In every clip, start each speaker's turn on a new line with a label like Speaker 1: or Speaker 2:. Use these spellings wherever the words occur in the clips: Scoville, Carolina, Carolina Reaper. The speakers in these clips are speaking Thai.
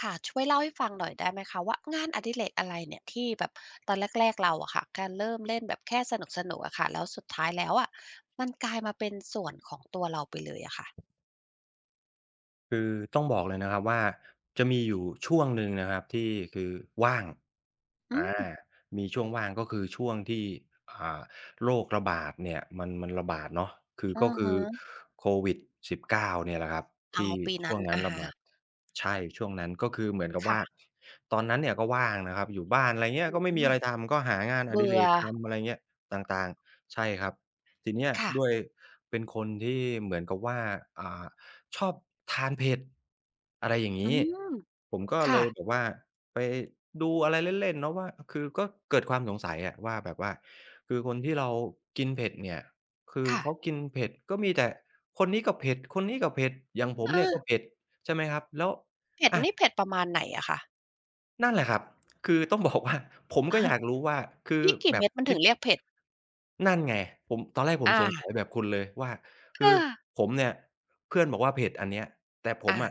Speaker 1: ค่ะช่วยเล่าให้ฟังหน่อยได้ไหมคะว่างานอดิเรกอะไรเนี่ยที่แบบตอนแรกๆเราอะค่ะการเริ่มเล่นแบบแค่สนุกๆอะค่ะแล้วสุดท้ายแล้วอะมันกลายมาเป็นส่วนของตัวเราไปเลยอะค่ะ
Speaker 2: คือต้องบอกเลยนะครับว่าจะมีอยู่ช่วงหนึ่งนะครับที่คือว่าง
Speaker 1: อื
Speaker 2: อา
Speaker 1: ม
Speaker 2: มีช่วงว่างก็คือช่วงที่อ่าโรคระบาดเนี่ยมันระบาดเนาะคือ
Speaker 1: อื
Speaker 2: ก็
Speaker 1: อ
Speaker 2: คื
Speaker 1: ฮึ
Speaker 2: อโควิด -19 เนี่ยแหละครับ
Speaker 1: อ๋อ
Speaker 2: ที่
Speaker 1: ปี
Speaker 2: ช่
Speaker 1: นั้
Speaker 2: ว
Speaker 1: น
Speaker 2: งนั้น
Speaker 1: อะ
Speaker 2: ระ
Speaker 1: ฮะ
Speaker 2: บาดใช่ช่วงนั้นก็คือเหมือนกับว่า
Speaker 1: ค่ะ
Speaker 2: ตอนนั้นเนี่ยก็ว่างนะครับอยู่บ้านอะไรเงี้ย
Speaker 1: อื
Speaker 2: ก็ไม่
Speaker 1: ม
Speaker 2: มีอะไรทำก็หางานอดิ
Speaker 1: เบื่
Speaker 2: เร
Speaker 1: อ
Speaker 2: กทำอะไรเงี้ยต่างๆใช่ครับทีเนี้ย
Speaker 1: ค่ะ
Speaker 2: ด้วยเป็นคนที่เหมือนกับว่าอ่า ชอบทานเผ็ดอะไรอย่าง
Speaker 1: อื
Speaker 2: งี้
Speaker 1: ม
Speaker 2: ผมก็เล
Speaker 1: ค่ะ
Speaker 2: ยแบบว่าไปดูอะไรเล่นๆเนาะว่าคือก็เกิดความสงสัยอะว่าแบบว่าคือคนที่เรากินเผ็ดเนี่ยคือ
Speaker 1: ค่ะ
Speaker 2: เขากินเผ็ดก็มีแต่คนนี้ก็เผ็ดคนนี้ก็เผ็ดอย่างผมเนี่ย
Speaker 1: อา
Speaker 2: ก็เผ็ดใช่ไหมครับแล้ว
Speaker 1: เผ็ด
Speaker 2: อา
Speaker 1: นี่เผ็ดประมาณไหนอะคะ
Speaker 2: นั่นแหละครับ คือต้อง บอกว่าผมก็อยากรู้ว่าคื
Speaker 1: พ
Speaker 2: อ
Speaker 1: ริกกี่
Speaker 2: แบบ
Speaker 1: เม็ดมันถึ
Speaker 2: ที่
Speaker 1: งเรียกเผ็ด
Speaker 2: นั่นไงผมตอนแรกผม
Speaker 1: อา
Speaker 2: สงสัยแบบคุณเลยว่า
Speaker 1: เอา
Speaker 2: คือผมเนี่ยเพื่อนบอกว่าเผ็ดอันเนี้ยแต่ผม
Speaker 1: อา
Speaker 2: อะ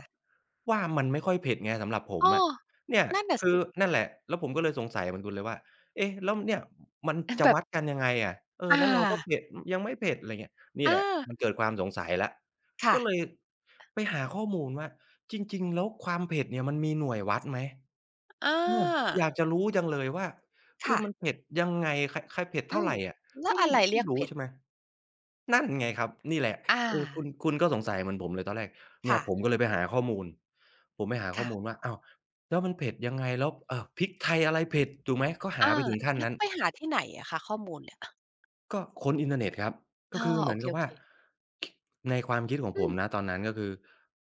Speaker 2: ว่ามันไม่ค่อยเผ็ดไงสำหรับผม
Speaker 1: อ้อ
Speaker 2: อะเนี่ย
Speaker 1: นั่นน่ะ
Speaker 2: คื
Speaker 1: สิ
Speaker 2: อนั่นแหละแล้วผมก็เลยสงสัยเหมือนคุณเลยว่าเอ๊ะแล้วเนี่ยมัน จะ
Speaker 1: แบบ
Speaker 2: วัดกันยังไงอะเออแล้
Speaker 1: อา
Speaker 2: วเราก็เผ็ดยังไม่เผ็ดอะไรเงี้ยนี่
Speaker 1: เอ
Speaker 2: แหละ
Speaker 1: อ
Speaker 2: มันเกิดความสงสัยแล้ว
Speaker 1: ค่ะ
Speaker 2: ก็เลยไปหาข้อมูลว่าจริงๆแล้วความเผ็ดเนี่ยมันมีหน่วยวัดไหม
Speaker 1: อ
Speaker 2: เออ
Speaker 1: า
Speaker 2: อยากจะรู้จังเลยว่าคือ
Speaker 1: ค่ะ
Speaker 2: มันเผ็ดยังไงใครใครเผ็ด
Speaker 1: อื
Speaker 2: เท่า
Speaker 1: ม
Speaker 2: ไรอะ
Speaker 1: แล้
Speaker 2: ก็
Speaker 1: วอะ
Speaker 2: ไม่
Speaker 1: ไรเรี
Speaker 2: ไม่
Speaker 1: ยก
Speaker 2: รู้
Speaker 1: เผ็ด
Speaker 2: ใช่ไหมนั่นไงครับนี่แหละ
Speaker 1: อา
Speaker 2: เออคุณก็สงสัยเหมือนผมเลยตอนแรกเนี่ย
Speaker 1: ค่ะ
Speaker 2: ผมก็เลยไปหาข้อมูลผมไปหาข้อมูล
Speaker 1: ค่ะ
Speaker 2: ว่าอ้าวแล้วมันเผ็ดยังไงแล้วพริกไทยอะไรเผ็ดถูกไหมก็หา
Speaker 1: อา
Speaker 2: ไปถึงขั้น
Speaker 1: แล้ว
Speaker 2: นั้น
Speaker 1: ไปหาที่ไหนอะคะข้อมูลเนี่ย
Speaker 2: ก็ค้นอินเทอร์เน็ตครับก็
Speaker 1: อ้อ
Speaker 2: คือเห
Speaker 1: โอ
Speaker 2: มือน
Speaker 1: เค
Speaker 2: กับว่า
Speaker 1: ๆ
Speaker 2: คในความคิดของ
Speaker 1: อื
Speaker 2: ผ
Speaker 1: ม
Speaker 2: มนะตอนนั้นก็คือ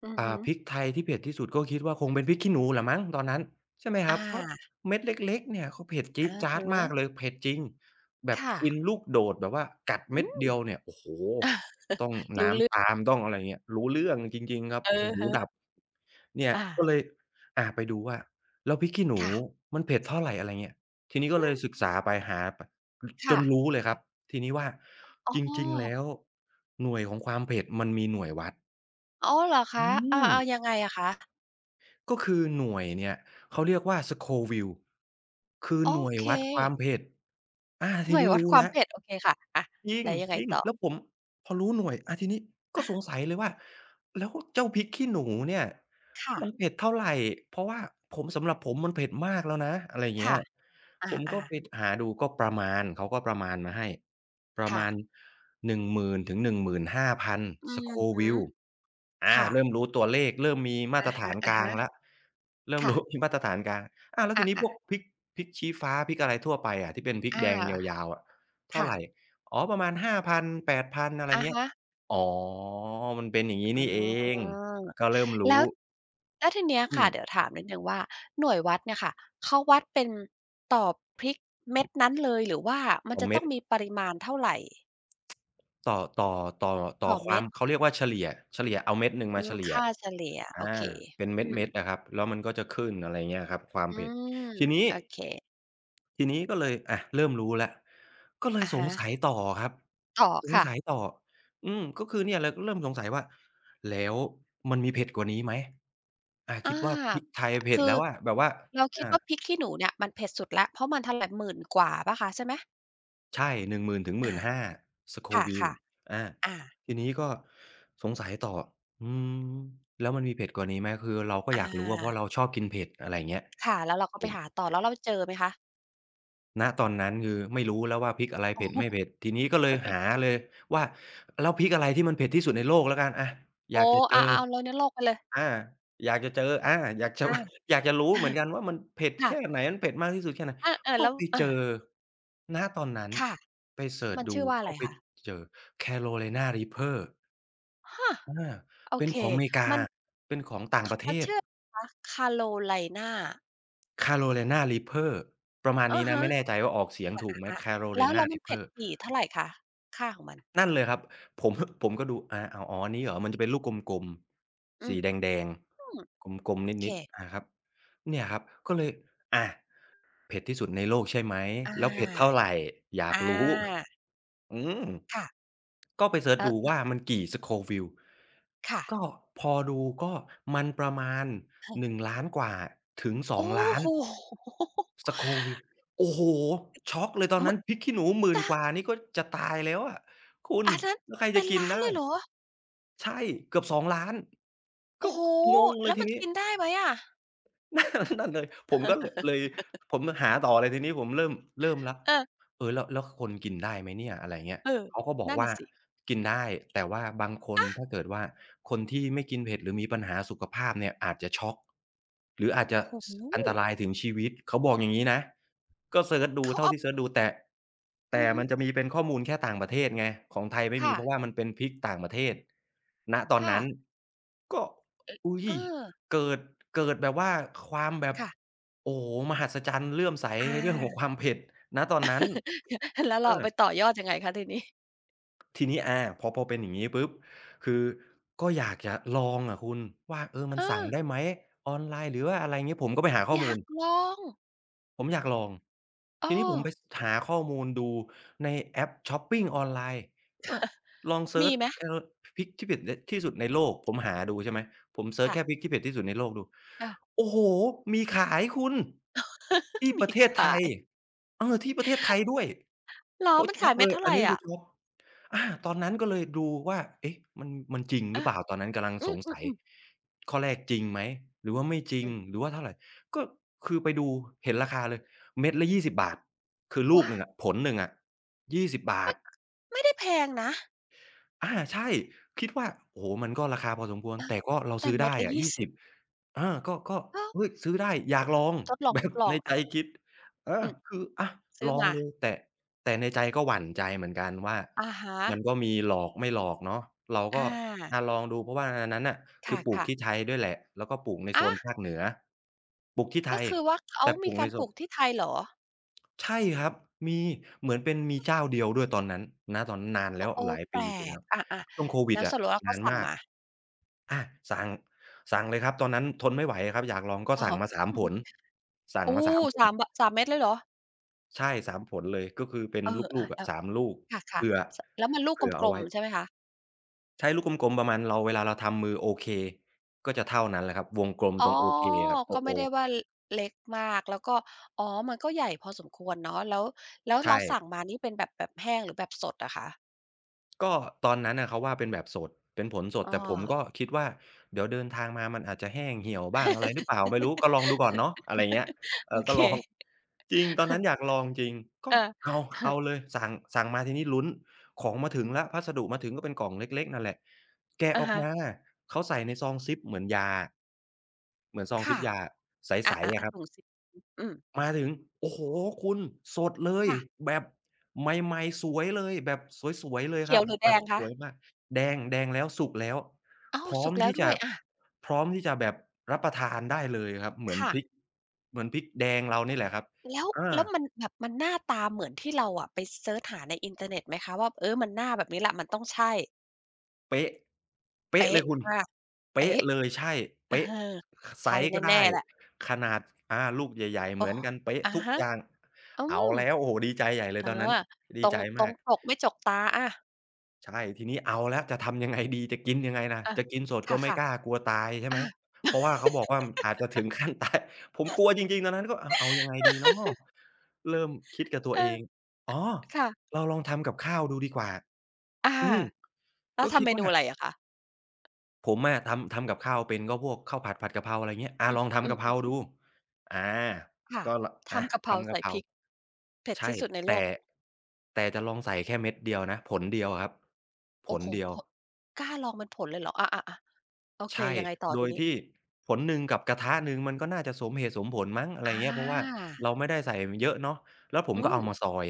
Speaker 1: อือฮึ
Speaker 2: พริกไทยที่เผ็ดที่สุดก็คิดว่าคงเป็นพริกขี้หนูแหละมั้งตอนนั้นใช่ไหมค
Speaker 1: อ
Speaker 2: รับเพราะ
Speaker 1: า
Speaker 2: เม็ดเล็กๆเนี่ยเขาเผ็ดจี๊ด
Speaker 1: อะ
Speaker 2: จ๊าด
Speaker 1: ฮะ
Speaker 2: มากเลยเผ็ดจริงแบบ
Speaker 1: ค่ะ
Speaker 2: กินลูกโดดแบบว่ากัดเม็
Speaker 1: อื
Speaker 2: ด
Speaker 1: ม
Speaker 2: เดียวเนี่ยโอ้โฮต้อง
Speaker 1: รู้เรื่อ
Speaker 2: น้ำ
Speaker 1: ง
Speaker 2: ตามต้องอะไรอย่างเงี้ยรู้เรื่องจริงๆครับ
Speaker 1: อะ
Speaker 2: โอ้โฮหูดั
Speaker 1: ฮะ
Speaker 2: บ เนี่ย
Speaker 1: อา
Speaker 2: ก็เลยไปดูว่าแล้วพริกขี้หนู
Speaker 1: ค่ะ
Speaker 2: มันเผ็ดเท่าไรอะไรเงี้ยทีนี้ก็
Speaker 1: อื
Speaker 2: เลย
Speaker 1: ม
Speaker 2: ศึกษาไปหาไปจ
Speaker 1: ค่ะ
Speaker 2: นรู้เลยครับทีนี้ว่า
Speaker 1: อ๋
Speaker 2: จริงๆแล้
Speaker 1: อ
Speaker 2: วหน่วยของความเผ็ดมันมีหน่วยวัด
Speaker 1: อ๋อเหรอ
Speaker 2: อื
Speaker 1: คะอ
Speaker 2: ม
Speaker 1: าๆยังไงอะคะ
Speaker 2: ก็คือหน่วยเนี่ยเขาเรียกว่า Scoville คือ
Speaker 1: โอ
Speaker 2: หน่วย
Speaker 1: เค
Speaker 2: วัดความเผ็ดอา
Speaker 1: ห
Speaker 2: ที
Speaker 1: น่วย
Speaker 2: นี้
Speaker 1: วัด
Speaker 2: รู้
Speaker 1: ความ
Speaker 2: แล้ว
Speaker 1: เผ็ดโอเคค่ะอะ
Speaker 2: จริง
Speaker 1: แล้วยังไง
Speaker 2: จริง
Speaker 1: ต่อ
Speaker 2: แล้วผมพอรู้หน่วยอาทีนี้ก็
Speaker 1: อา
Speaker 2: สงสัยเลยว่าแล้วเจ้าพริกขี้หนูเนี่ย
Speaker 1: ค่ะ
Speaker 2: มันเผ็ดเท่าไรเพราะว่าผมสำหรับผมมันเผ็ดมากแล้วนะอะไรอย่างเงี้
Speaker 1: ค่ะ
Speaker 2: ยผมก็
Speaker 1: อา
Speaker 2: ไป
Speaker 1: ๆ
Speaker 2: หาดูก็ประมาณเขาก็ประมาณมาให้ประ
Speaker 1: ค่ะ
Speaker 2: มาณห0ื่นถึง15,000
Speaker 1: อือฮึ
Speaker 2: Scoville อา
Speaker 1: ค่ะ
Speaker 2: เริ่มรู้ตัวเลขเริ่มมีมาต
Speaker 1: อะ
Speaker 2: รฐานกลาง
Speaker 1: ฮะ
Speaker 2: แล้วเริ่
Speaker 1: ๆ
Speaker 2: ม
Speaker 1: ค่ะ
Speaker 2: รู้มีมาตรฐานกลางอาแล้ว
Speaker 1: อ
Speaker 2: ทีนี้
Speaker 1: า
Speaker 2: พวก
Speaker 1: ๆ
Speaker 2: พริกพริกชี้ฟ้าพริกอะไรทั่วไปอะที่เป็นพริก
Speaker 1: อา
Speaker 2: แดงยาวๆอะเท่า
Speaker 1: ค่ะ
Speaker 2: ไร อ๋อประมาณ5,000 8,000อะไร
Speaker 1: อะ
Speaker 2: เงี้ย
Speaker 1: ฮะ
Speaker 2: อ๋อ มันเป็นอย่างงี้
Speaker 1: อ๋
Speaker 2: นี่เอง
Speaker 1: อ
Speaker 2: ก็เริ่ม
Speaker 1: แล้
Speaker 2: รู้
Speaker 1: วแล้วทีเนี้ย
Speaker 2: อื
Speaker 1: ค่ะ
Speaker 2: ม
Speaker 1: เดี๋ยวถามนิดหนึ่งว่าหน่วยวัดเนี่ยค่ะเขาวัดเป็นต่อพริกเม็ดนั้นเลยหรือว่ามัน
Speaker 2: ต่อ
Speaker 1: จะ
Speaker 2: เม็
Speaker 1: ต้อ
Speaker 2: ด
Speaker 1: งมีปริมาณเท่าไร
Speaker 2: ต่อต่อต่อต่อ
Speaker 1: ต่อ
Speaker 2: ควา
Speaker 1: เม็
Speaker 2: ม
Speaker 1: ด
Speaker 2: เขาเรียกว่าเฉลี่ยเฉลี่ยเอาเม็ดหนึ่ง
Speaker 1: อื
Speaker 2: มา
Speaker 1: ม
Speaker 2: เฉลี่ย
Speaker 1: ค่าเฉลี่ยโอ
Speaker 2: อา
Speaker 1: เค
Speaker 2: เป็นเ
Speaker 1: อืม
Speaker 2: ม็ดๆอะครับแล้วมันก็จะขึ้นอะไรเงี้ยครับความ
Speaker 1: อื
Speaker 2: เผ็ด
Speaker 1: ม
Speaker 2: ทีนี้
Speaker 1: โอเค
Speaker 2: ทีนี้ก็เลยอะเริ่มรู้แล้วก็เลย
Speaker 1: อะ
Speaker 2: สง
Speaker 1: ฮะ
Speaker 2: สัยต่อครับ
Speaker 1: ต่อ
Speaker 2: สง
Speaker 1: ค่ะ
Speaker 2: สัยต่ออืมก็คือเนี่ยเราก็เริ่มสงสัยว่าแล้วมันมีเผ็ดกว่านี้ไหมอาคิ
Speaker 1: อา
Speaker 2: ดว่าพริกไทยเผ็ด
Speaker 1: คื
Speaker 2: แล้
Speaker 1: อ
Speaker 2: วอะแบบว่า
Speaker 1: เราคิด
Speaker 2: อา
Speaker 1: ว่าพริกขี้หนูเนี่ยมันเผ็ดสุดแล้วเพราะมันเท่าไรหมื่นกว่าเปล่าคะใช่ไหม
Speaker 2: ใช่
Speaker 1: อา
Speaker 2: 10,000-15,000 Scoville
Speaker 1: ค่ะ
Speaker 2: อา
Speaker 1: ๆอา
Speaker 2: ทีนี้ก็สงสัยต่ออืมแล้วมันมีเผ็ดกว่านี้ไหมคือเราก็
Speaker 1: อ
Speaker 2: อยากรู้อะเพราะเรา
Speaker 1: า
Speaker 2: ชอบกินเผ็ดอะไรเงี้ย
Speaker 1: ค่ะแล้วเราก็
Speaker 2: ผ
Speaker 1: ไป
Speaker 2: ม
Speaker 1: หาต่อแล้วเราเจอไหมคะ
Speaker 2: ณตอนนั้นคือไม่รู้แล้วว่าพริกอะไร
Speaker 1: อ๋อ
Speaker 2: เผ็ดไม่เผ็ดทีนี้ก็เลยหาเลยว่าแล้วพริกอะไรที่มันเผ็ดที่สุดในโลกแล้วกันอะอ
Speaker 1: โอ้
Speaker 2: ยากจะเจอ
Speaker 1: อาๆเอาเราเนื้อโลกไปเลย
Speaker 2: อาอยากจะเจออาอยากจะ
Speaker 1: อา
Speaker 2: อยากจะรู้เหมือน กันว่ามันเผ็ดแค่ไห
Speaker 1: ค่ะ
Speaker 2: นมันเผ็ดมากที่สุดแค่ไหน
Speaker 1: อาเออ
Speaker 2: ก็
Speaker 1: แล้ว
Speaker 2: ไป
Speaker 1: อา
Speaker 2: เจอณตอนนั้น
Speaker 1: ค่ะ
Speaker 2: ไปเซิร์ช
Speaker 1: มัน
Speaker 2: ดู
Speaker 1: ชื่อว่าอะไร
Speaker 2: ก็ไป
Speaker 1: คะ
Speaker 2: เจอ Carolina Reaper
Speaker 1: ฮะ
Speaker 2: อา
Speaker 1: โอ
Speaker 2: เป็น
Speaker 1: เค
Speaker 2: ของอเมริกา
Speaker 1: มัน
Speaker 2: เป็นของต่าง
Speaker 1: ข
Speaker 2: ประเท
Speaker 1: มัน
Speaker 2: ศ
Speaker 1: ชื่ออะไรคะ Carolina
Speaker 2: Carolina Reaper ประมาณ
Speaker 1: อะ
Speaker 2: นี้นะ
Speaker 1: ฮะ
Speaker 2: ไม่แน่ใจว่าออกเสียง
Speaker 1: อ
Speaker 2: ถูกไหม
Speaker 1: าๆแล้ว
Speaker 2: Carolina
Speaker 1: แล้วมันเผ็ด
Speaker 2: Reaper
Speaker 1: กี่เท่าไรคะค่าของมัน
Speaker 2: นั่นเลยครับผม ผมก็ดูอ้าวอ๋ออันนี้เหรอมันจะเป็นลูกกลมๆ
Speaker 1: อื
Speaker 2: สี
Speaker 1: ม
Speaker 2: แดง
Speaker 1: อืม
Speaker 2: ๆกลมๆ
Speaker 1: โอเค
Speaker 2: นิดๆครับเนี่ยครับก็เลยอาเผ็ดที่สุดในโลกใช่ไหม
Speaker 1: อา
Speaker 2: แล้วเผ็ดเท่าไรอยา
Speaker 1: อา
Speaker 2: กรู้ อืม
Speaker 1: ค่ะ
Speaker 2: ก็ไปเซิร์ช
Speaker 1: แล้ว
Speaker 2: ดู
Speaker 1: แล้ว
Speaker 2: ว่ามันกี่ Scoville
Speaker 1: ค่ะ
Speaker 2: ก็พอดูก็มันประมาณ1่งล้านกว่าถึง
Speaker 1: โอ้
Speaker 2: 2
Speaker 1: โฮ
Speaker 2: อง ล้าน Scoville โอ้โฮช็อกเลยตอน
Speaker 1: ม
Speaker 2: นั้นพริกขี้หนูหมื่น
Speaker 1: จา
Speaker 2: ก
Speaker 1: ก
Speaker 2: ว่านี่ก็จะตายแล้วอะคุณ
Speaker 1: อันนั้น
Speaker 2: แล้วใคร
Speaker 1: เป็
Speaker 2: จะ
Speaker 1: น
Speaker 2: กิน
Speaker 1: ล้านเล
Speaker 2: ได้
Speaker 1: ยเหรอ
Speaker 2: ใช่เกือบ2องล้านก็
Speaker 1: โอ้โฮ
Speaker 2: งงเล
Speaker 1: แล้
Speaker 2: ย
Speaker 1: ว
Speaker 2: ที
Speaker 1: มัน
Speaker 2: นี้
Speaker 1: กินได้ไหมอะ
Speaker 2: นั่นเลยผมก็ลเลยผมหาต่อเลยทีนี้ผมเริ่มแล้ว
Speaker 1: เออ
Speaker 2: เออแล้วคนกินได้ไหมเนี่ยอะไรเงี้ย
Speaker 1: เออ
Speaker 2: เขาก็บอก
Speaker 1: นั่น
Speaker 2: ว่า
Speaker 1: น่ะสิ
Speaker 2: กินได้แต่ว่าบางคน
Speaker 1: อะ
Speaker 2: ถ้าเกิดว่าคนที่ไม่กินเผ็ดหรือมีปัญหาสุขภาพเนี่ยอาจจะช็อกหรืออาจจะ
Speaker 1: โอ้โ
Speaker 2: สอันต
Speaker 1: ฮ
Speaker 2: รายถึงชีวิตเขาบอกอย่างงี้นะก็เซิร์ชดู
Speaker 1: เขา
Speaker 2: เท่า
Speaker 1: เอา
Speaker 2: ที่เซิร์ชดู
Speaker 1: อื
Speaker 2: แต่
Speaker 1: อฮึ
Speaker 2: มันจะมีเป็นข้อมูลแค่ต่างประเทศไงของไทยไม่มี
Speaker 1: ค่ะ
Speaker 2: เพราะว่ามันเป็นพริกต่างประเทศณตอน
Speaker 1: ค่ะ
Speaker 2: นั้นก็อุ๊ย
Speaker 1: เออ
Speaker 2: เกิดเกิดแบบว่าความแบบ
Speaker 1: ค่ะ
Speaker 2: โอ้โฮมหัศจรรย์เลื่อมใส
Speaker 1: อ
Speaker 2: ในเรื่องของ
Speaker 1: า
Speaker 2: ความเผ็ดณตอนนั้น
Speaker 1: แล้ว
Speaker 2: เอ
Speaker 1: เรา
Speaker 2: อ
Speaker 1: เอาไปต่อยอดยังไงคะทีนี้
Speaker 2: ทีนี้พอเป็นอย่างงี้ปุ๊บคือก็อยากจะลองอะคุณว่าเออ
Speaker 1: เอ
Speaker 2: มันสั่ง
Speaker 1: อ
Speaker 2: ได้ไหมออนไลน์หรือว่าอะไรงี้ผมก็ไปหาข้อ
Speaker 1: อยา
Speaker 2: มูล
Speaker 1: กลอง
Speaker 2: ผมอยากลอง
Speaker 1: เอ
Speaker 2: ทีนี้ผ
Speaker 1: อ
Speaker 2: มไปสหาข้อมูลดูในแอปช็อปปิงออนไลน์ก็ลองเซิ
Speaker 1: มี
Speaker 2: ร์ช
Speaker 1: ไหม
Speaker 2: เออพริกที่เผ็ดดที่สุดในโลก ผมหาดูใช่ไหม ผมเซิร์ช
Speaker 1: ค่ะ
Speaker 2: แค่พริกที่เผ็ดที่สุดในโลกดู
Speaker 1: เอา
Speaker 2: โอ้โฮมีขายคุณที่ ป
Speaker 1: มี
Speaker 2: ระเท
Speaker 1: ข
Speaker 2: ศไท
Speaker 1: า
Speaker 2: ย
Speaker 1: ย
Speaker 2: เออที่ประเทศไทยด้วย
Speaker 1: เหรอ
Speaker 2: โอ้
Speaker 1: มัน
Speaker 2: ช็
Speaker 1: ขา
Speaker 2: อ
Speaker 1: ย
Speaker 2: ก
Speaker 1: เม็
Speaker 2: เล
Speaker 1: ด
Speaker 2: ย
Speaker 1: เท่า
Speaker 2: อั
Speaker 1: ไร
Speaker 2: นนี้คื
Speaker 1: อะ
Speaker 2: อช็อก ตอนนั้นก็เลยดูว่าเอ๊ะมันจริง
Speaker 1: เอ
Speaker 2: หรือ
Speaker 1: อ
Speaker 2: เปล่าตอนนั้นกำลัง
Speaker 1: อื
Speaker 2: สงสัย
Speaker 1: มๆๆ
Speaker 2: ข้อแรกจริงไหมหรือว่าไม่จริงหรือว่าเท่าไรก็คือไปดูเห็นราคาเลยเม็ดละ20บบาทคือ
Speaker 1: ๆ
Speaker 2: ลูก
Speaker 1: ว้า
Speaker 2: หนึ่งอะผลหนึ่งอะ
Speaker 1: มั
Speaker 2: 20
Speaker 1: น
Speaker 2: บบาท
Speaker 1: ไม่ได้แพงนะ
Speaker 2: อาใช่คิดว่าโอ้โฮมันก็ราคาพอสมควร
Speaker 1: เออ
Speaker 2: แต่ก็เรา
Speaker 1: แต่
Speaker 2: ซื้อ
Speaker 1: เม็ด
Speaker 2: ได้
Speaker 1: ละ
Speaker 2: อะยี่สิบ
Speaker 1: 20 บาท
Speaker 2: อาก็
Speaker 1: เออ
Speaker 2: เฮ้ยซื้อได้อยากลอง
Speaker 1: ทด
Speaker 2: แบบ
Speaker 1: ลอ
Speaker 2: ใน
Speaker 1: งๆ
Speaker 2: ใจ
Speaker 1: อะ
Speaker 2: คิดเออ
Speaker 1: อืม
Speaker 2: คืออะ
Speaker 1: ซื้
Speaker 2: ล
Speaker 1: อ
Speaker 2: อง
Speaker 1: มา
Speaker 2: เลยแต่ในใจก็หวั่นใจเหมือนกันว่า
Speaker 1: อะฮะ
Speaker 2: มันก็มีหลอกไม่หลอกเนาะเรา
Speaker 1: อ
Speaker 2: ก็
Speaker 1: า
Speaker 2: อะลองดูเพราะว่าอันนั้นน่ะ
Speaker 1: ค
Speaker 2: คือปลูก
Speaker 1: ่ะ
Speaker 2: ที่
Speaker 1: ๆ
Speaker 2: ไทยด้วยแหละแล้วก็ปลูกในโซ
Speaker 1: อะ
Speaker 2: นภาคเหนือปลูกที่ไท
Speaker 1: ก็
Speaker 2: ย
Speaker 1: คือว่าเขา
Speaker 2: แต่ป
Speaker 1: มี
Speaker 2: ลูก
Speaker 1: กา
Speaker 2: ใน
Speaker 1: ร
Speaker 2: โซ
Speaker 1: ปลู
Speaker 2: น
Speaker 1: กที่ไทยเหรอ
Speaker 2: ใช่ครับมีเหมือนเป็นมีเจ้าเดียวด้วยตอนนั้นณตอนนั้นนาน
Speaker 1: โอ้
Speaker 2: แล้ว
Speaker 1: โอ้
Speaker 2: หลาย
Speaker 1: แป
Speaker 2: ปี
Speaker 1: ล
Speaker 2: ที่
Speaker 1: ก
Speaker 2: แล้ว
Speaker 1: อา
Speaker 2: ช่วงโค
Speaker 1: ๆ
Speaker 2: วิ
Speaker 1: แล้
Speaker 2: ด
Speaker 1: วส
Speaker 2: อะ
Speaker 1: รุปแล้วก็
Speaker 2: นาน
Speaker 1: สั่ง
Speaker 2: มาก
Speaker 1: มา
Speaker 2: อาสั่งสั่งเลยครับตอนนั้นทนไม่ไหวอะครับอยากลองก็
Speaker 1: อะ
Speaker 2: สั่ง
Speaker 1: ฮะ
Speaker 2: มาสามผลสั่ง
Speaker 1: โอ้
Speaker 2: มาสามผ ล
Speaker 1: 3บะสามเม็ดเลยเหรอ
Speaker 2: ใช่สามผลเลยก็คือเป็น
Speaker 1: เออ
Speaker 2: ลู
Speaker 1: อา
Speaker 2: กๆอะ
Speaker 1: แล
Speaker 2: สามลูก
Speaker 1: ้วค่ะ
Speaker 2: เผื่อ
Speaker 1: ๆสแล้วมันลูก
Speaker 2: เผื่อ
Speaker 1: กล
Speaker 2: เอา
Speaker 1: ม
Speaker 2: ไว้
Speaker 1: ๆใช่ไหมคะ
Speaker 2: ใช้ลูกกลมๆประมาณเราเวลาเราทำมือโอเคก็จะเท่านั้นแหละครับวงกลม
Speaker 1: อ๋
Speaker 2: ต
Speaker 1: อ
Speaker 2: รงโอเคครับตั
Speaker 1: ก็
Speaker 2: ว O
Speaker 1: ไม่ได้ว่าลเล็กมากแล้วก็อ๋อมันก็ใหญ่พอสมควรเนาะแล้วแล้วเรา
Speaker 2: ใช่
Speaker 1: สั่งมานี่เป็นแบบแบบแห้งหรือแบบสดอะคะ
Speaker 2: ก็ตอนนั้นน่ะเขาว่าเป็นแบบสดเป็นผลสด
Speaker 1: อ้อ
Speaker 2: แต่ผมก็คิดว่าเดี๋ยวเดินทางมามันอาจจะแห้งเหี่ยวบ้างอะไรหรือเปล่าไม่รู้ก็ล องดูก่อนเนาะอะไรเงี้ยเอ
Speaker 1: โอ
Speaker 2: อก็
Speaker 1: เค
Speaker 2: ลองจริงตอนนั้นอยา กลองจริง
Speaker 1: เอ
Speaker 2: ก็
Speaker 1: อ
Speaker 2: เอาเอาเล ยสั่งมาทีนี้ลุ้นของมาถึงแล้วพัสดุมาถึงก็เป็นกล่องเล็กๆนั่นแหละแกะ
Speaker 1: อะ
Speaker 2: ออก
Speaker 1: ฮะ
Speaker 2: มาเขาใส่ในซองซิปเหมือนยาเหมือนซองซิ
Speaker 1: ค่ะ
Speaker 2: ปยาใ
Speaker 1: อ
Speaker 2: ส
Speaker 1: า
Speaker 2: ๆอะค
Speaker 1: ๆ
Speaker 2: รับ
Speaker 1: ถุงสีอืม
Speaker 2: มาถึงโอ้โฮคุณสดเลย
Speaker 1: ค่ะ
Speaker 2: แบบใหม่ๆสวยเลยแบบสวยๆเลยค
Speaker 1: เขีย
Speaker 2: รั
Speaker 1: ว
Speaker 2: บ
Speaker 1: หรือแด
Speaker 2: แบบ
Speaker 1: ง
Speaker 2: ส
Speaker 1: คะ
Speaker 2: วยมากแดงแดงแล้วสุกแล้ว
Speaker 1: อ้าว
Speaker 2: พร้อ
Speaker 1: สุ
Speaker 2: ม
Speaker 1: กแล้ว
Speaker 2: ที่
Speaker 1: ด้
Speaker 2: จะ
Speaker 1: วยอา
Speaker 2: พร้อมที่จะแบบรับประทานได้เลยครับเหมือน
Speaker 1: ค่ะ
Speaker 2: พริกเหมือนพริกแดงเรานี่แหละครับ
Speaker 1: แล้ว
Speaker 2: อา
Speaker 1: แล้วมันแบบมันหน้าตาเหมือนที่เราอะไปเซิร์ชหาในอินเทอร์เน็ตไหมคะว่าเออมันหน้าแบบนี้แหละมันต้องใช่
Speaker 2: เป๊ะเป๊ะเล
Speaker 1: เป๊ะ
Speaker 2: ยคุณ
Speaker 1: อาก
Speaker 2: เป๊ะ
Speaker 1: เป๊ะ
Speaker 2: เลยใช่
Speaker 1: อะ
Speaker 2: เป๊ะ
Speaker 1: ฮะ
Speaker 2: ไซ
Speaker 1: ใช่
Speaker 2: ซ์ก็
Speaker 1: แน่
Speaker 2: ได้
Speaker 1: ๆแหละ
Speaker 2: ขนาดอาลูกใหญ่ๆ
Speaker 1: โอ้
Speaker 2: เห
Speaker 1: อ
Speaker 2: มือนกันเป๊ะ
Speaker 1: อะ
Speaker 2: ทุก
Speaker 1: ฮะ
Speaker 2: อย่าง
Speaker 1: อื
Speaker 2: เอา
Speaker 1: ม
Speaker 2: แล้วโอ้โฮดีใจใหญ่เล
Speaker 1: เอ
Speaker 2: ย
Speaker 1: อ
Speaker 2: ตอนนั้น
Speaker 1: ต
Speaker 2: ดี
Speaker 1: รง
Speaker 2: ใจ
Speaker 1: ตร
Speaker 2: มา
Speaker 1: ง
Speaker 2: ก
Speaker 1: ปกไม่จกตาอา
Speaker 2: ใช่ทีนี้เอาแล้วจะทำยังไงดีจะกินยังไงล่ะ
Speaker 1: อ
Speaker 2: จะกินสด
Speaker 1: า
Speaker 2: ก็ไม่
Speaker 1: ค่ะ
Speaker 2: กล้ากลัวตายใช่
Speaker 1: ๆ
Speaker 2: ไหม
Speaker 1: อา
Speaker 2: เพราะว่าเขาบอกว่าอาจจะถึงขั้นตาย ผมกลัวจริงๆตอนนั้นก็เอายังไงดีเนาะเริ่มคิดกับตัว
Speaker 1: เออ
Speaker 2: เองอ๋อ
Speaker 1: ค่ะ
Speaker 2: เราลองทำกับข้าวดูดีกว่า
Speaker 1: อา
Speaker 2: อืม
Speaker 1: แล้
Speaker 2: ก็
Speaker 1: วทำ
Speaker 2: คิด
Speaker 1: เม
Speaker 2: ว่า
Speaker 1: นูอะไรอะคะ
Speaker 2: ผมอะทำกับข้าวเป็นก็พวกข้าวผัดผัดกะเพราอะไรเงี้ยอา
Speaker 1: อืม
Speaker 2: ลอง
Speaker 1: อื
Speaker 2: ทำกะเพรา
Speaker 1: ม
Speaker 2: ดูอา
Speaker 1: ๆค่ะ
Speaker 2: ก็ลอา
Speaker 1: ทำกะเพรา
Speaker 2: ทำกะ
Speaker 1: ใส่
Speaker 2: เพรา
Speaker 1: พริกเผ็ด
Speaker 2: ใช่
Speaker 1: ที่สุดในโล
Speaker 2: แต่
Speaker 1: ก
Speaker 2: จะลองใส่แค่เม็ดเดียวนะผลเดียวอะครับผ
Speaker 1: โอ้
Speaker 2: ล
Speaker 1: โฮ
Speaker 2: เดียว
Speaker 1: ผกล้าลองเป็นผลเลยเหรออาๆๆโอเค
Speaker 2: ใช่
Speaker 1: ยังไงต่อ
Speaker 2: โด
Speaker 1: ที
Speaker 2: ย
Speaker 1: นี้
Speaker 2: ที่ผลหนึ่งกับกระทะหนึ่งมันก็น่าจะสมเหตุสมผลมั้งอะไร
Speaker 1: อ
Speaker 2: เงี้ยเพราะว่า
Speaker 1: า
Speaker 2: เราไม่ได้ใส่เยอะเนาะแล้วผม
Speaker 1: อื
Speaker 2: ก็
Speaker 1: ม
Speaker 2: เอามาซอย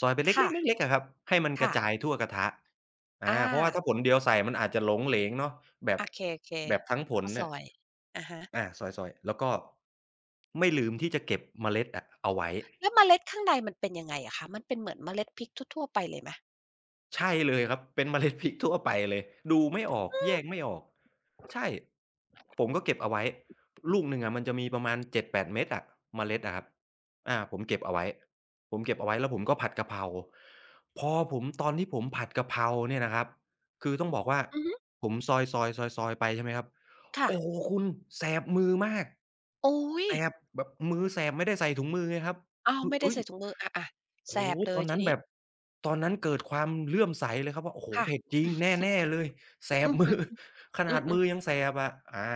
Speaker 2: ซอยเป็น
Speaker 1: ค่
Speaker 2: เล็กๆๆๆอะครับให้มันกระ
Speaker 1: ะๆ
Speaker 2: จายทั่วกระทะ
Speaker 1: อา
Speaker 2: เพราะว่าถ้าผลเดียวใส่มันอาจจะหลงเหลงเนาะแบบ
Speaker 1: โอเค
Speaker 2: แบบทั้ง
Speaker 1: ๆ
Speaker 2: ผ
Speaker 1: แล้ว
Speaker 2: ล
Speaker 1: ก็ซ
Speaker 2: เนี่ย
Speaker 1: อยอะฮะ
Speaker 2: อาซอยๆแล้วก็ไม่ลืมที่จะเก็บเมล็ดอะเอาไว้
Speaker 1: แล้วเมล็ดข้างในมันเป็นยังไงอะคะ มันเป็นเหมือนเมล็ดพริกทั่วๆไปเลยไหม
Speaker 2: ใช่เลยครับเป็นเมล็ดพริกทั่วไปเลยดูไม่ออกแยกไม่ออกใช่ผมก็เก็บเอาไว้ลูกหนึ่งอะมันจะมีประมาณ7-8เม็ดอะเมล็ดอะครับผมเก็บเอาไว้ผมเก็บเอาไว้แล้วผมก็ผัดกะเพราพอผมตอนที่ผมผัดกะเพราเนี่ยนะครับคือต้องบอกว่า
Speaker 1: อือฮึ
Speaker 2: ผมซอยๆๆๆไปใช่ไหมครับ
Speaker 1: ค่ะ
Speaker 2: โอ้โฮคุณแสบมือมาก
Speaker 1: โอ๊ย
Speaker 2: แสบแบบมือแสบไม่ได้ใส่ถุงมือไงครับ
Speaker 1: อ้าว
Speaker 2: คือ
Speaker 1: ไม่ได้
Speaker 2: เฮ้ย
Speaker 1: ใส่ถุงมืออาๆแส
Speaker 2: โอ้
Speaker 1: บ
Speaker 2: โฮ
Speaker 1: เล
Speaker 2: ตอ
Speaker 1: ย
Speaker 2: น
Speaker 1: ที
Speaker 2: นั้น
Speaker 1: นี้
Speaker 2: แบบตอนนั้นเกิดความเลื่อมใสเลยครับว่าโอ้โฮ
Speaker 1: ค่ะ
Speaker 2: เผ็ดจริงแน่ๆเลยแส
Speaker 1: อื
Speaker 2: บมือ
Speaker 1: อ ๆ
Speaker 2: ข
Speaker 1: ๆอื
Speaker 2: นาด
Speaker 1: ม
Speaker 2: มือยั
Speaker 1: ๆ
Speaker 2: งแสบอะ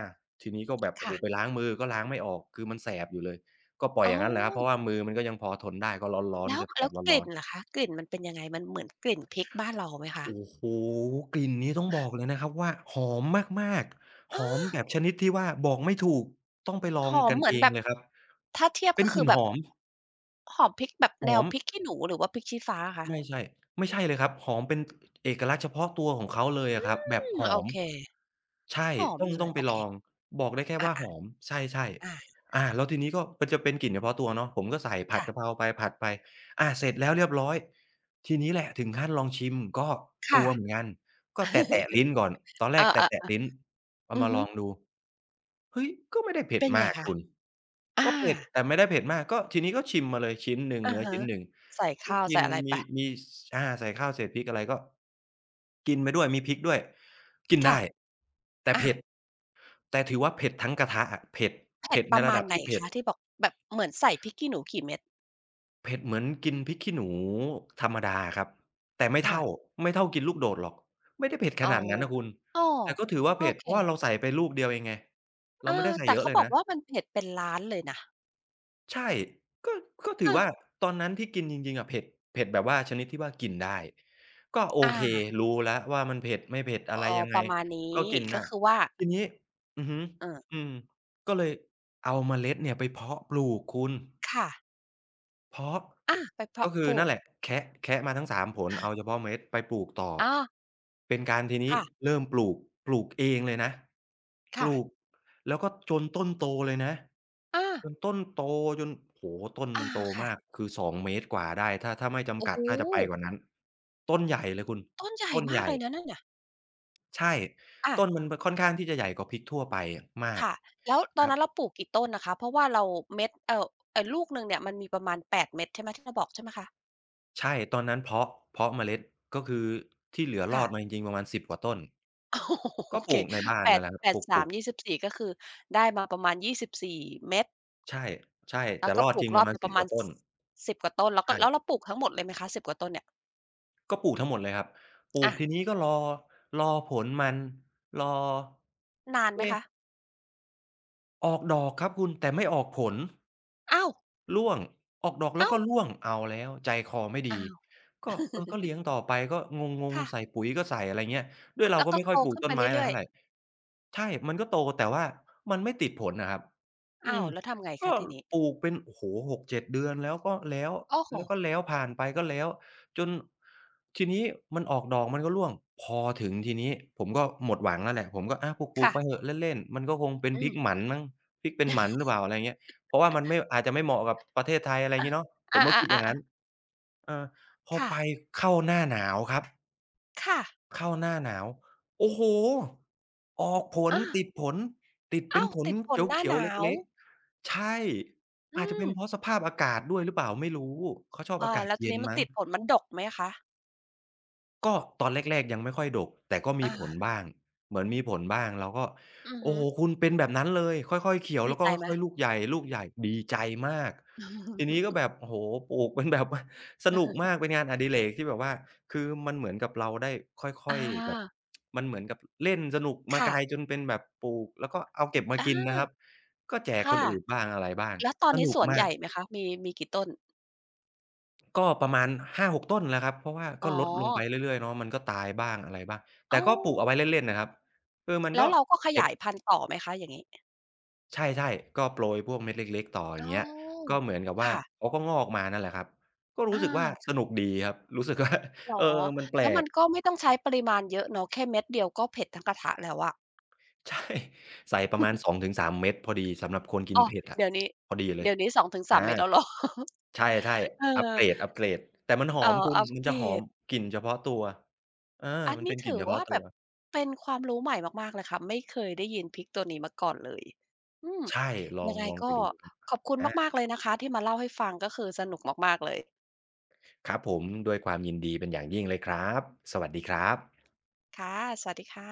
Speaker 2: ทีนี้ก็แบบโอ้โฮไป
Speaker 1: ค่ะ
Speaker 2: ล้างมือก็ล้างไม่ออกคือมันแสบอยู่เลยก็ปล่อย
Speaker 1: อ๋
Speaker 2: อ
Speaker 1: อ
Speaker 2: ย่างนั้นแหละครับเพราะว่ามือมันก็ยังพอทนได้ก็ร้อน
Speaker 1: แล้
Speaker 2: ๆ
Speaker 1: ว
Speaker 2: แส
Speaker 1: แล้ว
Speaker 2: บๆ
Speaker 1: ก
Speaker 2: ร้อ
Speaker 1: ลิ่น
Speaker 2: นๆ
Speaker 1: ล่ะคะกลิ่นมันเป็นยังไง มันเหมือนกลิ่นพริกบ้านเราไหมคะ
Speaker 2: โอ้โฮกลิ่นนี้ต้องบอกเลยนะครับว่าหอมมากๆห
Speaker 1: อา
Speaker 2: อมแบบชนิดที่ว่าบอกไม่ถูกต้องไปลอ
Speaker 1: ห
Speaker 2: ง
Speaker 1: อม
Speaker 2: กัน
Speaker 1: เหมือ
Speaker 2: เอ
Speaker 1: นแบ
Speaker 2: ง
Speaker 1: บ
Speaker 2: เลยครับ
Speaker 1: ถ้าเทียบ
Speaker 2: เป็น
Speaker 1: ก็
Speaker 2: ก
Speaker 1: คื
Speaker 2: ลิ่
Speaker 1: อ
Speaker 2: น
Speaker 1: แบ
Speaker 2: ห
Speaker 1: บ
Speaker 2: อม
Speaker 1: หอมพริกแบบ
Speaker 2: ห
Speaker 1: แน
Speaker 2: อ
Speaker 1: ว
Speaker 2: ม
Speaker 1: พริกขี้หนูหรือว่าพริกชี้ฟ้าอะคะ
Speaker 2: ไม่ใช่ไม่ใช่เลยครับหอมเป็นเอกลักษณ์เฉพาะตัวของเขาเลยอะครับ
Speaker 1: อื
Speaker 2: แบบ
Speaker 1: ม
Speaker 2: หอ
Speaker 1: โอ
Speaker 2: ม
Speaker 1: เค
Speaker 2: ใช่
Speaker 1: หอม
Speaker 2: ต้อง
Speaker 1: เล
Speaker 2: ต้อ
Speaker 1: ย
Speaker 2: งไป
Speaker 1: โอ
Speaker 2: ล
Speaker 1: เค
Speaker 2: องบอกได้แค่
Speaker 1: อา
Speaker 2: ว่าหอมใช่
Speaker 1: ๆอา
Speaker 2: ๆแล้วทีนี้ก็มันจะเป็นกลิ่นเฉพาะตัวเนาะผมก็ใส่ผัดกะเพ
Speaker 1: ค่ะ
Speaker 2: ราไปผัดไปเสร็จแล้วเรียบร้อยทีนี้แหละถึงขั้นลองชิมก็ก
Speaker 1: ค่ะ
Speaker 2: ลัวเหมือนกันก็แตะๆ ลิ้นก่อนตอนแร
Speaker 1: เอ
Speaker 2: กแต
Speaker 1: อ
Speaker 2: ะๆลิ้น
Speaker 1: ๆๆ
Speaker 2: เอา
Speaker 1: อือ
Speaker 2: มาล
Speaker 1: ฮึ
Speaker 2: องดูเฮ้ยก็ไม่ได้เผ็ด
Speaker 1: เป็นไง
Speaker 2: มาก
Speaker 1: คะ
Speaker 2: คุณก็
Speaker 1: อา
Speaker 2: เผ็ดแต่ไม่ได้เผ็ดมากก็ทีนี้ก็ชิมมาเลยชิ้นหนึ่ง
Speaker 1: อะ
Speaker 2: เนื้อ
Speaker 1: ฮะ
Speaker 2: ชิ้นหนึ่ง
Speaker 1: ใส่
Speaker 2: ก็
Speaker 1: ข้าว
Speaker 2: กิ
Speaker 1: ใส่
Speaker 2: น
Speaker 1: อะไร
Speaker 2: มี
Speaker 1: ไป
Speaker 2: สใส่ข้าวเศษพริกอะไรก็กินไปด้วยมีพริกด้วยกิน
Speaker 1: ค่ะ
Speaker 2: ได้แต่
Speaker 1: อา
Speaker 2: เผ็ดแต่ถือว่าเผ็ดทั้งกระทะอะเผ็ด
Speaker 1: เผ็ด
Speaker 2: เผ็ด
Speaker 1: ป
Speaker 2: ใน
Speaker 1: ระ
Speaker 2: ระ
Speaker 1: มา
Speaker 2: ดั
Speaker 1: ณ
Speaker 2: บ
Speaker 1: ไหน
Speaker 2: ที่เผ็ด
Speaker 1: คะที่บอกแบบเหมือนใส่พริกขี้หนูกี่เม็ด
Speaker 2: เผ็ดเหมือนกินพริกขี้หนูธรรมดาอะครับแต่ไม่
Speaker 1: ค่ะ
Speaker 2: เท่าไม่เท่ากินลูกโดดหรอกไม่ได้เผ็ดข
Speaker 1: อ๋อ
Speaker 2: นาดนั้นนะคุณ
Speaker 1: อ้อ
Speaker 2: แต่ก็ถือว่า
Speaker 1: โอ
Speaker 2: เผ็ดเพราะว่า
Speaker 1: เค
Speaker 2: เราใส่ไปลูกเดียวเองไง
Speaker 1: อ
Speaker 2: เราไม่
Speaker 1: า
Speaker 2: ได้ใส่
Speaker 1: แต่
Speaker 2: เยอะ
Speaker 1: เขา
Speaker 2: เลย
Speaker 1: บอก
Speaker 2: นะ
Speaker 1: ว่ามันเผ็ดเป็นล้านเลยนะ
Speaker 2: ใช่ก็ก็ถือ
Speaker 1: อา
Speaker 2: ว่าตอนนั้นที่กินจริงๆอะเผ็ดเผ็ดแบบว่าชนิดที่ว่ากินได้ก็โอเค
Speaker 1: อา
Speaker 2: รู้แล้วว่ามันเผ็ดไม่เผ็ดอะ
Speaker 1: อ๋อ
Speaker 2: ไรยัง
Speaker 1: ป
Speaker 2: ไง
Speaker 1: ระมาณนี้
Speaker 2: ก็กินได้
Speaker 1: ก็คือว่า
Speaker 2: ทีนี้อือฮึ
Speaker 1: เอ่อ
Speaker 2: อืมก็เลยเอาเมล็ดเนี่ยไปเพาะปลูกคุณ
Speaker 1: ค่ะ
Speaker 2: เพาะ
Speaker 1: อาไป
Speaker 2: ก็
Speaker 1: เพาะ
Speaker 2: คื
Speaker 1: ป
Speaker 2: อ
Speaker 1: ลู
Speaker 2: นั่
Speaker 1: ก
Speaker 2: นแหละแคะแคะมาทั้งสามผลเอาเฉพาะเมล็ดไปปลูกต่อ
Speaker 1: อา
Speaker 2: เป็นการทีนี้
Speaker 1: ค่ะ
Speaker 2: เริ่มปลูกปลูกเองเลยนะป
Speaker 1: ค่ะ
Speaker 2: ลูกแล้วก็จนต้นโตเลยนะ
Speaker 1: อา
Speaker 2: จนต้นโตจนโอ้โฮต้นมั
Speaker 1: อา
Speaker 2: นโต
Speaker 1: ค่ะ
Speaker 2: มากคือสองเมตรกว่าได้ถ้าไม่
Speaker 1: โอ้
Speaker 2: จำกั
Speaker 1: โฮ
Speaker 2: ดน่าจะไปกว่านั้นต้นใหญ่เลยคุณ
Speaker 1: ต้นใหญ่
Speaker 2: ต้น
Speaker 1: มา
Speaker 2: ให
Speaker 1: กเลยนะ
Speaker 2: ญ่
Speaker 1: นั่นน่ะ
Speaker 2: ใช่
Speaker 1: อะ
Speaker 2: ต้นมันค่อนข้างที่จะใหญ่กว่าพริกทั่วไปมาก
Speaker 1: ค่ะแล้วตอ
Speaker 2: ค
Speaker 1: น
Speaker 2: รับ
Speaker 1: นั้นเราปลูกกี่ต้นนะคะเพราะว่าเราเม็ดลูกหนึ่งเนี่ยมันมีประมาณ8เม็ดใช่ไหมที่เราบอกใช่ไหมคะ
Speaker 2: ใช่ตอนนั้นเพาะเพาะเมล็ดก็คือที่เหลือรอ
Speaker 1: ค่ะ
Speaker 2: ดมาจริงๆประมาณสิบกว่าต้น
Speaker 1: โอ
Speaker 2: ก็ป
Speaker 1: เค
Speaker 2: ลูกในบ้าน
Speaker 1: แปด
Speaker 2: นั่นแหละครับ
Speaker 1: แปด
Speaker 2: ป
Speaker 1: สา
Speaker 2: ลู
Speaker 1: ม
Speaker 2: ก
Speaker 1: ยี่สิบสี่ก็คือได้มาประมาณยี่สิบสี่เม็ด
Speaker 2: ๆใช่ใช่
Speaker 1: แล้ว
Speaker 2: แต่
Speaker 1: ก็
Speaker 2: รอ
Speaker 1: ป
Speaker 2: ด
Speaker 1: ลู
Speaker 2: จ
Speaker 1: ก
Speaker 2: ริง
Speaker 1: ร
Speaker 2: ป
Speaker 1: อ
Speaker 2: ระ
Speaker 1: บ
Speaker 2: มาณ
Speaker 1: มาป
Speaker 2: 10
Speaker 1: ระ
Speaker 2: ก
Speaker 1: มาณ
Speaker 2: ว่า
Speaker 1: ส
Speaker 2: ต้น
Speaker 1: สิบกว่าต้นแล้วก็แล้วเรา
Speaker 2: ใช่
Speaker 1: ปลูกทั้งหมดเลยไหมคะ10กว่าต้นเนี่ย
Speaker 2: ก็ปลูกทั้งหมดเลยครับปลูก
Speaker 1: อะ
Speaker 2: ทีนี้ก็รอรอผลมันรอ
Speaker 1: นานไหม
Speaker 2: เอ๊ะ
Speaker 1: คะ
Speaker 2: ออกดอกครับคุณแต่ไม่ออกผล
Speaker 1: อ้าว
Speaker 2: ร่วงออกดอกแล้ว
Speaker 1: อ้า
Speaker 2: ก็
Speaker 1: ว
Speaker 2: ร่วงเอาแล้วใจคอไม่ดี
Speaker 1: อ้าว
Speaker 2: ก็เออก็เลี้ยง ต่อไปก็งง
Speaker 1: ค่ะ
Speaker 2: ๆใส่ปุ๋ยก็ใส่อะไรเงี้ยด้วยเรา
Speaker 1: แล้ว
Speaker 2: ก็
Speaker 1: ก็
Speaker 2: ไม่
Speaker 1: โต
Speaker 2: ค่อยปลูก
Speaker 1: ขึ้นไป
Speaker 2: ต้นไม้อะไร
Speaker 1: เรื่อย
Speaker 2: เท่าไร
Speaker 1: ๆ
Speaker 2: ใช่มันก็โตแต่ว่ามันไม่ติดผลน่ะครับอื
Speaker 1: อ้า
Speaker 2: ม
Speaker 1: วแล้วทำไง
Speaker 2: ก็
Speaker 1: คะทีนี้
Speaker 2: ปลูกเป็นโอ้โฮ6-7เจ็ดเดือนแล้วก็แล้ว
Speaker 1: โอ้โฮ
Speaker 2: แล้วก็แล้วผ่านไปก็แล้วจนทีนี้มันออกดอกมันก็ร่วงพอถึงทีนี้ผมก็หมดหวังแล้วแหละผมก็ปลูกๆไปเห
Speaker 1: ค่ะ
Speaker 2: อะเล่นๆมันก็คงเป็น
Speaker 1: อื
Speaker 2: พริ
Speaker 1: ม
Speaker 2: กหมันมั้งพริกเป็นหมันหรือเปล่าอะไรเงี้ย เพราะว่ามันไม่อาจจะไม่เหมาะกับประเทศไทยอะไรงี้เนาะผ
Speaker 1: อา
Speaker 2: มก็คิดอ
Speaker 1: อา
Speaker 2: ย่าง
Speaker 1: ๆ
Speaker 2: งั้น
Speaker 1: ๆๆ
Speaker 2: เออพอ
Speaker 1: ค่ะ
Speaker 2: ไปเข้าหน้าหนาวครับ
Speaker 1: ค่ะ
Speaker 2: เข้าหน้าหนาวโอ้โฮออกผล
Speaker 1: อา
Speaker 2: ติดผลติดเป็
Speaker 1: อ้า
Speaker 2: น
Speaker 1: ว
Speaker 2: ผล
Speaker 1: ติดฝนหน้า
Speaker 2: เขีย
Speaker 1: ห
Speaker 2: วๆ
Speaker 1: นาว
Speaker 2: เล็กๆใช่
Speaker 1: อื
Speaker 2: อาจจะเป็
Speaker 1: ม
Speaker 2: นเพราะสภาพอากาศด้วยหรือเปล่าไม่รู้เขาชอบ
Speaker 1: อ่า
Speaker 2: อากาศ
Speaker 1: แล้วที
Speaker 2: เย็น
Speaker 1: นี้มัน
Speaker 2: มั้ง
Speaker 1: ติดฝนมันดกไหมคะ
Speaker 2: ก็ตอนแรกๆยังไม่ค่อยดกแต่ก็มี
Speaker 1: อา
Speaker 2: ผลบ้างเหมือนมีผลบ้างเราก็
Speaker 1: อือ
Speaker 2: โอ้
Speaker 1: ฮึ
Speaker 2: โฮคุณเป็นแบบนั้นเลยค่อยๆเขียว
Speaker 1: ดี
Speaker 2: แล้ว
Speaker 1: ใจ
Speaker 2: ก็
Speaker 1: ไหม
Speaker 2: ค่อยๆลูกใหญ่ลูกใหญ่ดีใจมากทีนี้ก็ แบบโอ้โฮปลูกเป็นแบบ ว่าสนุกมากเป็นงานอดิเรกที่แบบว่าคือมันเหมือนกับเราได้ค่อ
Speaker 1: อา
Speaker 2: ยๆแบบมันเหมือนกับเล่นสนุกมาก
Speaker 1: ค่ะ
Speaker 2: ลายจนเป็นแบบปลูกแล้วก็เอาเก็บมา
Speaker 1: อา
Speaker 2: กินนะครับก็แจกค
Speaker 1: ค่ะ
Speaker 2: นอื่นบ้างอะไรบ้าง
Speaker 1: แล้วตอน
Speaker 2: ส
Speaker 1: นี้
Speaker 2: นุ
Speaker 1: ส
Speaker 2: ก
Speaker 1: วนให
Speaker 2: มาก
Speaker 1: ญ่ไหมคะ มีมีกี่ต้น
Speaker 2: ก็ประมาณ5-6ต้นแล้วครับเพราะว่า
Speaker 1: อ๋อ
Speaker 2: ก็ลดลงไปเรื่อยๆเนาะมันก็ตายบ้างอะไรบ้างแต่
Speaker 1: อ้า
Speaker 2: ก็
Speaker 1: ว
Speaker 2: ปลูกเอาไว้เล่นๆนะครับคือมัน
Speaker 1: แล้
Speaker 2: ก็
Speaker 1: วเราก็ข
Speaker 2: เก็บ
Speaker 1: ยายพันธุ์ต่อไหมคะอย่างงี้
Speaker 2: ใช่ๆก็โปรยพวกเม็ดเล็กๆต่ออ
Speaker 1: อ๋
Speaker 2: ย่างเงี้ยก็
Speaker 1: อ
Speaker 2: เหมือนกับว่า
Speaker 1: ค่ะ
Speaker 2: เขาก็งอกมานั่นแหละครับก็รู้
Speaker 1: อา
Speaker 2: สึกว่าสนุกดีครับ รู้สึกว่า
Speaker 1: เหร
Speaker 2: เอ
Speaker 1: อ
Speaker 2: อมันแปล
Speaker 1: แล้วมั
Speaker 2: ก
Speaker 1: นก็ไม่ต้องใช้ปริมาณเยอะเนาะแค่เม็ดเดียวก็เผ็ดทั้งกระทะแล้วอะ
Speaker 2: ใช่ใส่ประมาณ2-3เม็ดพอดีสำหรับคนกิ
Speaker 1: อ้
Speaker 2: น
Speaker 1: อ
Speaker 2: เผ็ดอะ
Speaker 1: เดี๋ยวนี้
Speaker 2: พอดีเลย
Speaker 1: เดี๋ยวนี้2-3เม็ดแล้ว
Speaker 2: อา
Speaker 1: เหรอ
Speaker 2: ใช่
Speaker 1: เออ
Speaker 2: ๆอัปเกรดอัปเกรดแต่มันหอ
Speaker 1: เอ่
Speaker 2: ม
Speaker 1: อ
Speaker 2: คุณ
Speaker 1: อัป
Speaker 2: มัน
Speaker 1: เก
Speaker 2: จะ
Speaker 1: ร
Speaker 2: หอม
Speaker 1: ด
Speaker 2: กลิ่นเฉพาะตัวเออ
Speaker 1: อัน
Speaker 2: มัน
Speaker 1: นี้
Speaker 2: เป็นก
Speaker 1: ถื
Speaker 2: ลิ่น
Speaker 1: อ
Speaker 2: เฉพาะ
Speaker 1: ว่า
Speaker 2: ตั
Speaker 1: แบ
Speaker 2: ว
Speaker 1: บเป็นความรู้ใหม่มากๆเลยค่ะไม่เคยได้ยินพริกตัวนี้มาก่อนเลยอืม
Speaker 2: ใช่ลอ
Speaker 1: ยั
Speaker 2: ง
Speaker 1: งไง
Speaker 2: ลองไป
Speaker 1: ก็
Speaker 2: ดู
Speaker 1: ขอบคุณ
Speaker 2: อา
Speaker 1: มากๆเลยนะคะที่มาเล่าให้ฟังก็คือสนุกมากๆเลย
Speaker 2: ครับผมด้วยความยินดีเป็นอย่างยิ่งเลยครับสวัสดีครับ
Speaker 1: ค่ะสวัสดีค่ะ